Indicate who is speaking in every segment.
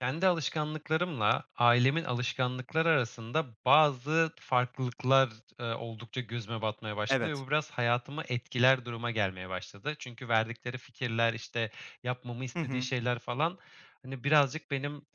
Speaker 1: Kendi alışkanlıklarımla ailemin alışkanlıkları arasında bazı farklılıklar, oldukça gözüme batmaya başladı ve
Speaker 2: Evet.
Speaker 1: bu biraz hayatımı etkiler duruma gelmeye başladı. Çünkü verdikleri fikirler, işte, yapmamı
Speaker 2: Hı
Speaker 1: istediği
Speaker 2: hı.
Speaker 1: şeyler falan, hani, birazcık benim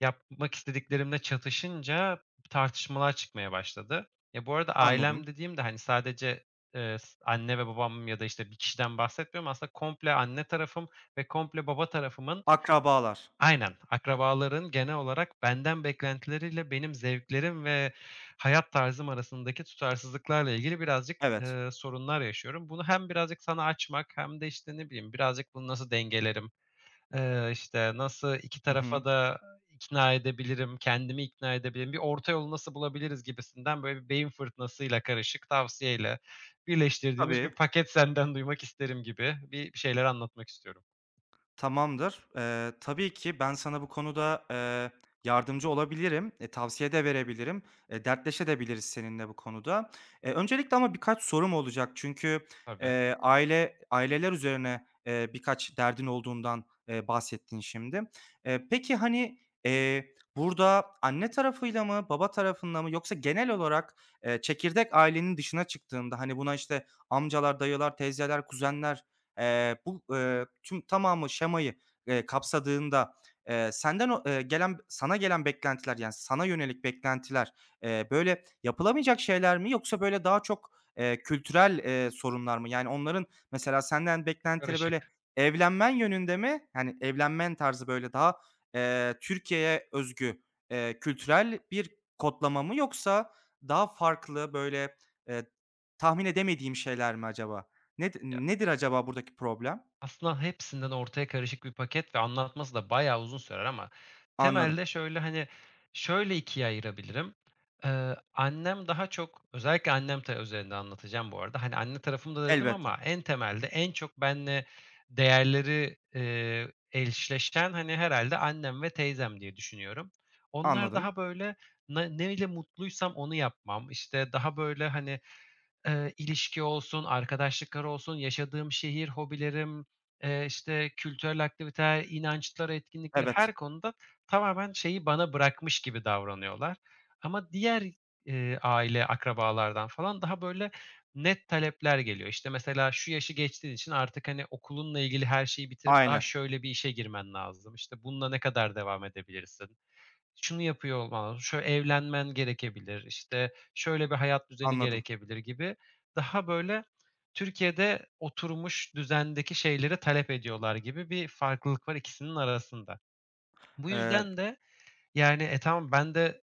Speaker 1: yapmak istediklerimle çatışınca tartışmalar çıkmaya başladı. Ya, bu arada
Speaker 2: Anladım.
Speaker 1: ailem dediğimde hani, sadece, s anne ve babam ya da, işte, bir kişiden bahsetmiyorum. Aslında komple anne tarafım ve komple baba tarafımın.
Speaker 2: Akrabalar.
Speaker 1: Aynen. Akrabaların genel olarak benden beklentileriyle benim zevklerim ve hayat tarzım arasındaki tutarsızlıklarla ilgili birazcık,
Speaker 2: Evet.
Speaker 1: sorunlar yaşıyorum. Bunu hem birazcık sana açmak hem de, işte, ne bileyim, birazcık bunu nasıl dengelerim, işte, nasıl 2
Speaker 2: Hı hı.
Speaker 1: tarafa da ikna edebilirim, kendimi ikna edebilirim, bir orta yolu nasıl bulabiliriz gibisinden böyle bir beyin fırtınasıyla karışık tavsiyeyle birleştirdiğimiz bir
Speaker 2: Tabii.
Speaker 1: paket senden duymak isterim gibi bir şeyler anlatmak istiyorum.
Speaker 2: Tamamdır. Tabii ki ben sana bu konuda, yardımcı olabilirim. E, tavsiye de verebilirim. E, dertleşebiliriz seninle bu konuda. Öncelikle ama birkaç sorum olacak. Çünkü,
Speaker 1: Tabii.
Speaker 2: eee, aile aileler üzerine, birkaç derdin olduğundan, bahsettin şimdi. Peki, hani, burada anne tarafıyla mı, baba tarafında mı yoksa genel olarak, çekirdek ailenin dışına çıktığında, hani, buna, işte, amcalar, dayılar, teyzeler, kuzenler, bu, tüm tamamı şemayı, kapsadığında, senden o gelen sana gelen beklentiler, yani, sana yönelik beklentiler, böyle yapılamayacak şeyler mi yoksa böyle daha çok, kültürel, sorunlar mı? Yani, onların mesela senden beklentileri böyle
Speaker 1: Karışık.
Speaker 2: evlenmen yönünde mi? Yani, evlenmen tarzı böyle daha, Türkiye'ye özgü, kültürel bir kodlama mı yoksa daha farklı, böyle, eee, tahmin edemediğim şeyler mi acaba? Nedir acaba buradaki problem?
Speaker 1: Aslında hepsinden ortaya karışık bir paket ve anlatması da bayağı uzun sürer ama
Speaker 2: Anladım.
Speaker 1: temelde şöyle, hani, şöyle ikiye ayırabilirim. Annem daha çok, özellikle annem üzerinden anlatacağım bu arada. Hani, anne tarafımda dedim
Speaker 2: Elbette.
Speaker 1: ama en temelde en çok benle değerleri, eşleşen, hani, herhalde annem ve teyzem diye düşünüyorum. Onlar
Speaker 2: Anladım.
Speaker 1: daha böyle neyle mutluysam onu yapmam, işte, daha böyle, hani, ilişki olsun, arkadaşlıklar olsun, yaşadığım şehir, hobilerim, işte, kültürel aktiviteler, inançlar, etkinlikler,
Speaker 2: Evet.
Speaker 1: her konuda tamamen şeyi bana bırakmış gibi davranıyorlar. Ama diğer, aile, akrabalardan falan daha böyle net talepler geliyor. İşte, mesela şu yaşı geçtiğin için artık, hani, okulunla ilgili her şeyi bitirip daha
Speaker 2: Aynen.
Speaker 1: şöyle bir işe girmen lazım. İşte, bununla ne kadar devam edebilirsin? Şunu yapıyor olman lazım, şöyle evlenmen gerekebilir, işte, şöyle bir hayat düzeni
Speaker 2: Anladım.
Speaker 1: gerekebilir gibi daha böyle Türkiye'de oturmuş düzendeki şeyleri talep ediyorlar gibi bir farklılık var ikisinin arasında. Bu
Speaker 2: Eee,
Speaker 1: yüzden de, yani, tamam ben de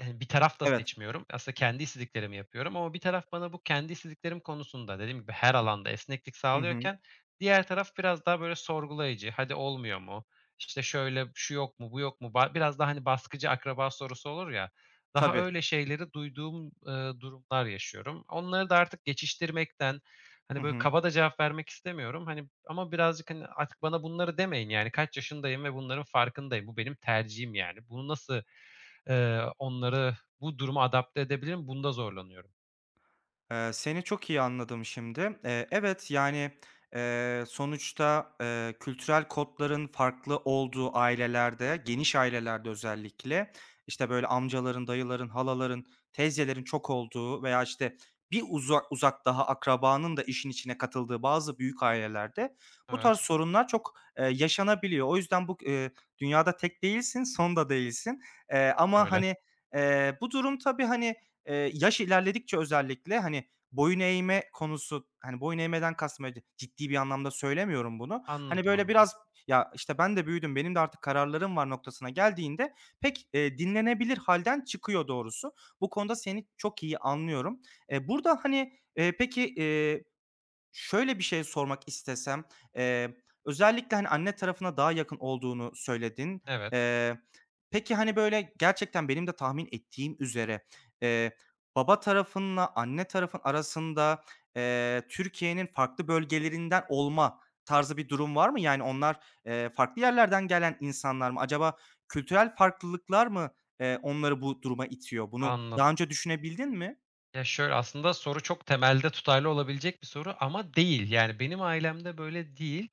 Speaker 1: Bir taraf da
Speaker 2: evet.
Speaker 1: seçmiyorum. Aslında kendi istediklerimi yapıyorum ama bir taraf bana bu kendi istediklerim konusunda dediğim gibi her alanda esneklik
Speaker 2: Hı hı.
Speaker 1: sağlıyorken diğer taraf biraz daha böyle sorgulayıcı. "Hadi olmuyor mu? İşte şöyle, şu yok mu, bu yok mu?" Biraz daha, hani, baskıcı akraba sorusu olur ya, daha
Speaker 2: Tabii.
Speaker 1: öyle şeyleri duyduğum, durumlar yaşıyorum. Onları da artık geçiştirmekten,
Speaker 2: Hı
Speaker 1: hani, böyle
Speaker 2: hı.
Speaker 1: kaba da cevap vermek istemiyorum. Hani, ama birazcık, hani, "Artık bana bunları demeyin, yani, kaç yaşındayım ve bunların farkındayım. Bu benim tercihim, yani." Bunu nasıl Onları bu duruma adapte edebilirim, bunda zorlanıyorum.
Speaker 2: Seni çok iyi anladım şimdi. Evet, yani, sonuçta, kültürel kodların farklı olduğu ailelerde, geniş ailelerde özellikle, işte, böyle, amcaların, dayıların, halaların, teyzelerin çok olduğu veya, işte, bir uzak daha akrabanın da işin içine katıldığı bazı büyük ailelerde bu
Speaker 1: Evet.
Speaker 2: tarz sorunlar çok, yaşanabiliyor. O yüzden bu, dünyada tek değilsin, son da değilsin. Ama,
Speaker 1: Öyle.
Speaker 2: hani, bu durum tabii, hani, yaş ilerledikçe özellikle, hani, boyun eğme konusu, hani, boyun eğmeden kastım öyle ciddi bir anlamda söylemiyorum bunu. Hani,
Speaker 1: Anladım,
Speaker 2: böyle
Speaker 1: anladım.
Speaker 2: biraz, "Ya, işte, ben de büyüdüm, benim de artık kararlarım var." noktasına geldiğinde pek, dinlenebilir halden çıkıyor doğrusu. Bu konuda seni çok iyi anlıyorum. Burada, hani, peki, şöyle bir şey sormak istesem, eee, özellikle, hani, anne tarafına daha yakın olduğunu söyledin.
Speaker 1: Evet,
Speaker 2: Eee, peki, hani, böyle, gerçekten benim de tahmin ettiğim üzere, eee, baba tarafınla anne tarafın arasında, Türkiye'nin farklı bölgelerinden olma tarzı bir durum var mı? Yani onlar, farklı yerlerden gelen insanlar mı? Acaba kültürel farklılıklar mı, onları bu duruma itiyor? Bunu
Speaker 1: anladım.
Speaker 2: daha önce düşünebildin mi?
Speaker 1: Ya, şöyle, aslında soru çok temelde tutarlı olabilecek bir soru ama değil. Yani, benim ailemde böyle değil.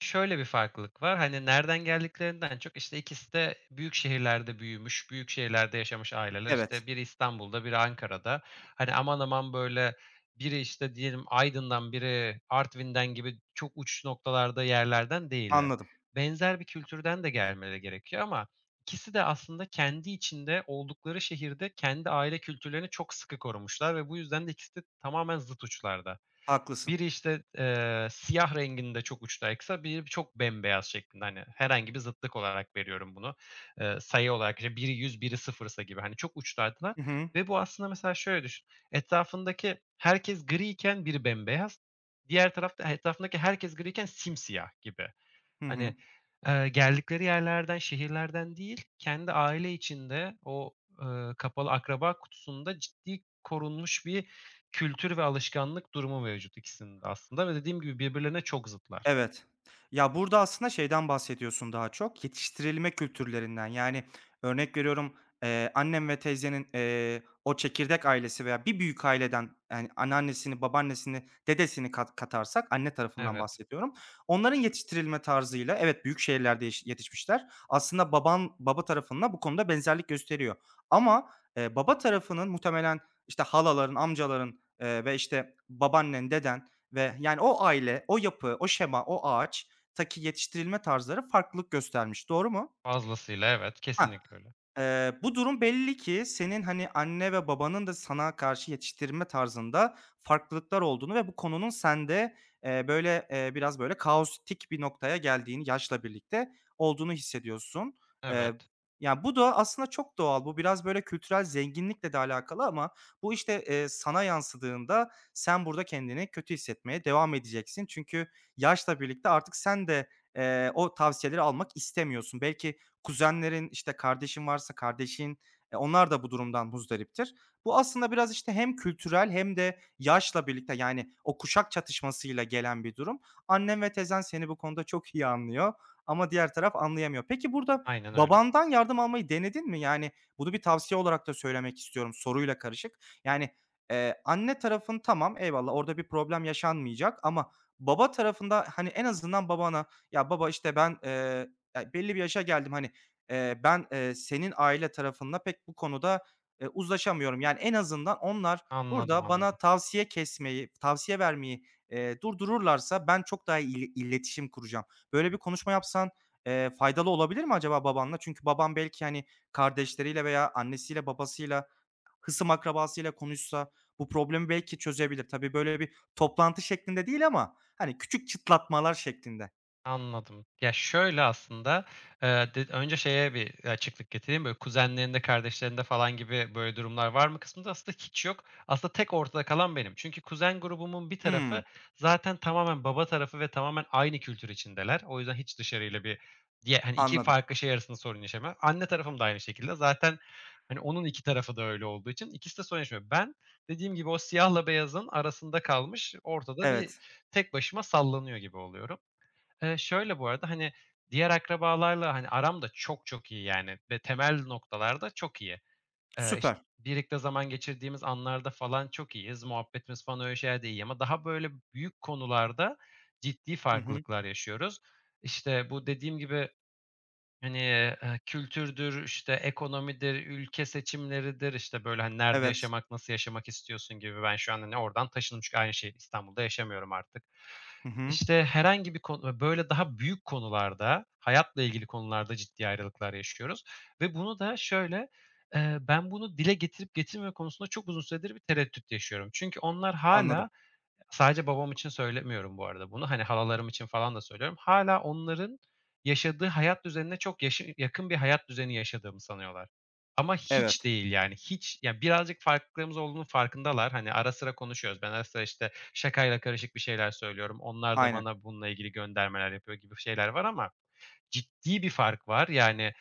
Speaker 1: Şöyle bir farklılık var, hani, nereden geldiklerinden çok, işte, ikisi de büyük şehirlerde büyümüş, büyük şehirlerde yaşamış aileler.
Speaker 2: Evet,
Speaker 1: İşte, biri İstanbul'da, biri Ankara'da. Hani, aman aman, böyle, biri, işte, diyelim Aydın'dan, biri Artvin'den gibi çok uç noktalarda yerlerden değiller.
Speaker 2: anladım.
Speaker 1: Benzer bir kültürden de gelmeleri gerekiyor ama ikisi de aslında kendi içinde, oldukları şehirde kendi aile kültürlerini çok sıkı korumuşlar ve bu yüzden de ikisi de tamamen zıt uçlarda.
Speaker 2: Haklısın.
Speaker 1: Biri, işte, siyah renginde çok uçtaysa biri çok bembeyaz şeklinde. Hani, herhangi bir zıtlık olarak veriyorum bunu. Sayı olarak, işte, biri 100, biri sıfırsa gibi, hani, çok uçlardılar
Speaker 2: Hı hı.
Speaker 1: ve bu aslında mesela şöyle düşün, etrafındaki herkes griyken biri bembeyaz, diğer tarafta etrafındaki herkes griyken simsiyah gibi.
Speaker 2: Hı hı.
Speaker 1: Hani, geldikleri yerlerden, şehirlerden değil, kendi aile içinde o, kapalı akraba kutusunda ciddi korunmuş bir kültür ve alışkanlık durumu mevcut ikisinin de aslında ve dediğim gibi birbirlerine çok zıtlar.
Speaker 2: Evet. Ya, burada aslında şeyden bahsediyorsun daha çok, yetiştirilme kültürlerinden. Yani, örnek veriyorum, annem ve teyzenin, o çekirdek ailesi veya bir büyük aileden, yani, anneannesini, babaannesini, dedesini kat katarsak, anne tarafından
Speaker 1: Evet,
Speaker 2: bahsediyorum. Onların yetiştirilme tarzıyla, evet, büyük şehirlerde yetişmişler. Aslında baba tarafında bu konuda benzerlik gösteriyor. Ama, baba tarafının muhtemelen, işte, halaların, amcaların, ve, işte, babaannen, deden, ve, yani, o aile, o yapı, o şema, o ağaç ağaçtaki yetiştirilme tarzları farklılık göstermiş. Doğru mu?
Speaker 1: fazlasıyla evet,
Speaker 2: Hah.
Speaker 1: kesinlikle öyle.
Speaker 2: Bu durum belli ki senin, hani, anne ve babanın da sana karşı yetiştirme tarzında farklılıklar olduğunu ve bu konunun sende, böyle, biraz böyle kaotik bir noktaya geldiğini yaşla birlikte olduğunu hissediyorsun.
Speaker 1: Evet,
Speaker 2: Eee, Ya, bu da aslında çok doğal. Bu biraz böyle kültürel zenginlikle de alakalı ama bu, işte, sana yansıdığında sen burada kendini kötü hissetmeye devam edeceksin. Çünkü yaşla birlikte artık sen de, o tavsiyeleri almak istemiyorsun. Belki kuzenlerin, işte, kardeşin varsa kardeşin, onlar da bu durumdan muzdariptir. Bu aslında biraz, işte, hem kültürel hem de yaşla birlikte, yani, o kuşak çatışmasıyla gelen bir durum. Annem ve tezen seni bu konuda çok iyi anlıyor ama diğer taraf anlayamıyor. Peki burada
Speaker 1: aynen öyle.
Speaker 2: babandan yardım almayı denedin mi? Yani, bunu bir tavsiye olarak da söylemek istiyorum soruyla karışık. Yani, anne tarafın tamam, eyvallah, orada bir problem yaşanmayacak ama baba tarafında, hani, en azından babana, "Ya, baba, işte, ben, ya, belli bir yaşa geldim, hani, ben, senin aile tarafında pek bu konuda, uzlaşamıyorum. Yani, en azından onlar
Speaker 1: Anladım,
Speaker 2: burada bana
Speaker 1: anladım.
Speaker 2: tavsiye kesmeyi, tavsiye vermeyi, durdururlarsa ben çok daha iletişim kuracağım. Böyle bir konuşma yapsan, faydalı olabilir mi acaba babanla? Çünkü babam belki, hani, kardeşleriyle veya annesiyle, babasıyla, hısım akrabasıyla konuşsa bu problemi belki çözebilir. Tabii, böyle bir toplantı şeklinde değil ama, hani, küçük çıtlatmalar şeklinde."
Speaker 1: Anladım. Ya, şöyle aslında, d önce şeye bir açıklık getireyim. Böyle kuzenlerinde, kardeşlerinde falan gibi böyle durumlar var mı kısmında aslında hiç yok. Aslında tek ortada kalan benim. Çünkü kuzen grubumun bir
Speaker 2: Hımm,
Speaker 1: tarafı zaten tamamen baba tarafı ve tamamen aynı kültür içindeler. O yüzden hiç dışarıyla bir diye hani 2
Speaker 2: anladım.
Speaker 1: farklı şey arasında sorun yaşamıyor. Anne tarafım da aynı şekilde. Zaten, hani, onun 2 tarafı da öyle olduğu için ikisi de sorun yaşamıyor. Ben dediğim gibi o siyahla beyazın arasında kalmış, ortada bir
Speaker 2: Evet,
Speaker 1: tek başıma sallanıyor gibi oluyorum. Şöyle bu arada, hani, diğer akrabalarla, hani, aram da çok çok iyi yani ve temel noktalarda çok iyi.
Speaker 2: süper.
Speaker 1: İşte, birlikte zaman geçirdiğimiz anlarda falan çok iyiyiz. Muhabbetimiz falan öyle şeylerde iyi ama daha böyle büyük konularda ciddi
Speaker 2: Hı hı,
Speaker 1: farklılıklar yaşıyoruz. İşte, bu dediğim gibi, hani, kültürdür, işte, ekonomidir, ülke seçimleridir, işte, böyle, hani, nerede
Speaker 2: evet.
Speaker 1: yaşamak, nasıl yaşamak istiyorsun gibi. Ben şu an, hani, oradan taşındım çünkü aynı şehir İstanbul'da yaşamıyorum artık.
Speaker 2: Hı hı.
Speaker 1: İşte, herhangi bir konu böyle daha büyük konularda, hayatla ilgili konularda ciddi ayrılıklar yaşıyoruz ve bunu da şöyle, ben bunu dile getirip getirmeme konusunda çok uzun süredir bir tereddüt yaşıyorum. Çünkü onlar
Speaker 2: Anladım.
Speaker 1: hâlâ Sadece babam için söylemiyorum bu arada bunu. Hani halalarım için falan da söylüyorum. Hâlâ onların yaşadığı hayat düzenine çok yaşı yakın bir hayat düzeni yaşadığımı sanıyorlar. Ama
Speaker 2: Evet,
Speaker 1: hiç değil yani, hiç. Ya, birazcık farklılığımız olduğunun farkındalar. Hani, ara sıra konuşuyoruz. Ben ara sıra, işte, şakayla karışık bir şeyler söylüyorum. Onlar da
Speaker 2: aynen.
Speaker 1: bana bununla ilgili göndermeler yapıyor gibi şeyler var ama ciddi bir fark var. Yani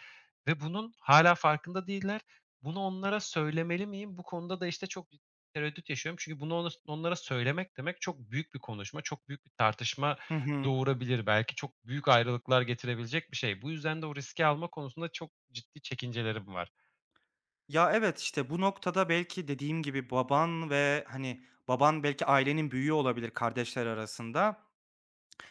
Speaker 1: ve bunun hâlâ farkında değiller. Bunu onlara söylemeli miyim? Bu konuda da, işte, çok ciddi tereddüt yaşıyorum. Çünkü bunu onlara söylemek demek çok büyük bir konuşma, çok büyük bir tartışma
Speaker 2: Hı hı.
Speaker 1: doğurabilir. Belki çok büyük ayrılıklar getirebilecek bir şey. Bu yüzden de o riski alma konusunda çok ciddi çekincelerim var.
Speaker 2: Ya, evet, işte, bu noktada belki dediğim gibi baban ve, hani, baban belki ailenin büyüğü olabilir kardeşler arasında.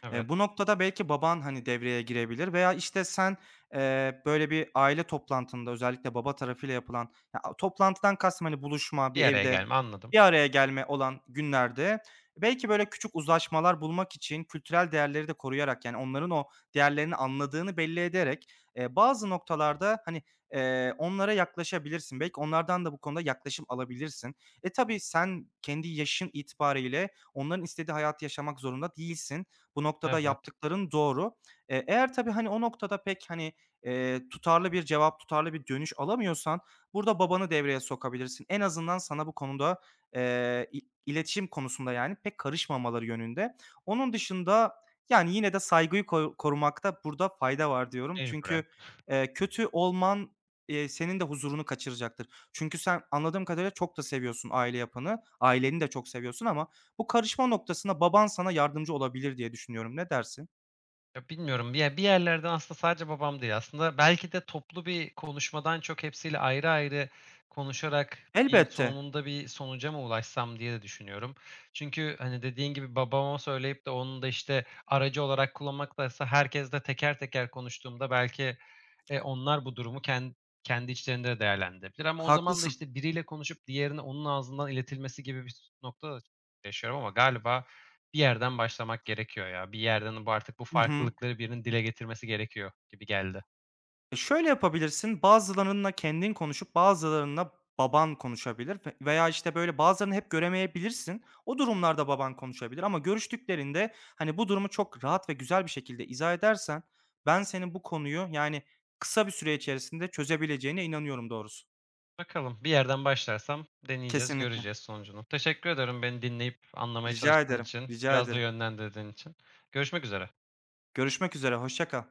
Speaker 1: Evet.
Speaker 2: Bu noktada belki baban, hani, devreye girebilir veya, işte, sen, böyle bir aile toplantında özellikle baba tarafıyla yapılan ya, toplantıdan kastım, hani, buluşma,
Speaker 1: Bir
Speaker 2: bir
Speaker 1: araya
Speaker 2: evde
Speaker 1: gelme, anladım.
Speaker 2: bir araya gelme olan günlerde belki böyle küçük uzlaşmalar bulmak için kültürel değerleri de koruyarak, yani, onların o değerlerini anladığını belli ederek, bazı noktalarda, hani, onlara yaklaşabilirsin. Belki onlardan da bu konuda yaklaşım alabilirsin. E, tabii sen kendi yaşın itibariyle onların istediği hayatı yaşamak zorunda değilsin. Bu noktada
Speaker 1: Evet,
Speaker 2: yaptıkların doğru. Eğer tabii, hani, o noktada pek, hani, tutarlı bir cevap, tutarlı bir dönüş alamıyorsan burada babanı devreye sokabilirsin. En azından sana bu konuda, i iletişim konusunda, yani, pek karışmamaları yönünde. Onun dışında, yani, yine de saygıyı korumakta burada fayda var diyorum.
Speaker 1: mecburen.
Speaker 2: Çünkü, kötü olman, senin de huzurunu kaçıracaktır. Çünkü sen anladığım kadarıyla çok da seviyorsun aile yapını, aileni de çok seviyorsun ama bu karışma noktasına baban sana yardımcı olabilir diye düşünüyorum. Ne dersin?
Speaker 1: Ya, bilmiyorum. Ya, bir yerlerden aslında sadece babam değil. Aslında belki de toplu bir konuşmadan çok hepsiyle ayrı ayrı konuşarak
Speaker 2: Elbette,
Speaker 1: bir sonuca mı ulaşsam diye de düşünüyorum. Çünkü, hani, dediğin gibi babama söyleyip de onun da, işte, aracı olarak kullanmaktansa herkesle teker teker konuştuğumda belki, onlar bu durumu kendi içlerinde de değerlendirebilir ama o zaman da,
Speaker 2: haklısın.
Speaker 1: işte, biriyle konuşup diğerine onun ağzından iletilmesi gibi bir nokta da yaşıyorum ama galiba bir yerden başlamak gerekiyor ya. Bir yerden bu artık bu
Speaker 2: Hı hı.
Speaker 1: farklılıkları birinin dile getirmesi gerekiyor gibi geldi.
Speaker 2: E, şöyle yapabilirsin, bazılarınla kendin konuşup bazılarınla baban konuşabilir ve veya, işte, böyle, bazılarını hep göremeyebilirsin. O durumlarda baban konuşabilir ama görüştüklerinde, hani, bu durumu çok rahat ve güzel bir şekilde izah edersen ben senin bu konuyu, yani, kısa bir süre içerisinde çözebileceğine inanıyorum doğrusu.
Speaker 1: Bakalım, bir yerden başlarsam deneyeceğiz,
Speaker 2: Kesinlikle.
Speaker 1: göreceğiz sonucunu. Teşekkür ederim beni dinleyip anlamaya
Speaker 2: Rica
Speaker 1: çalıştığın
Speaker 2: ederim,
Speaker 1: için,
Speaker 2: rica
Speaker 1: biraz da
Speaker 2: ederim.
Speaker 1: yönlendirdiğin için. Görüşmek üzere.
Speaker 2: Görüşmek üzere, hoşça kal.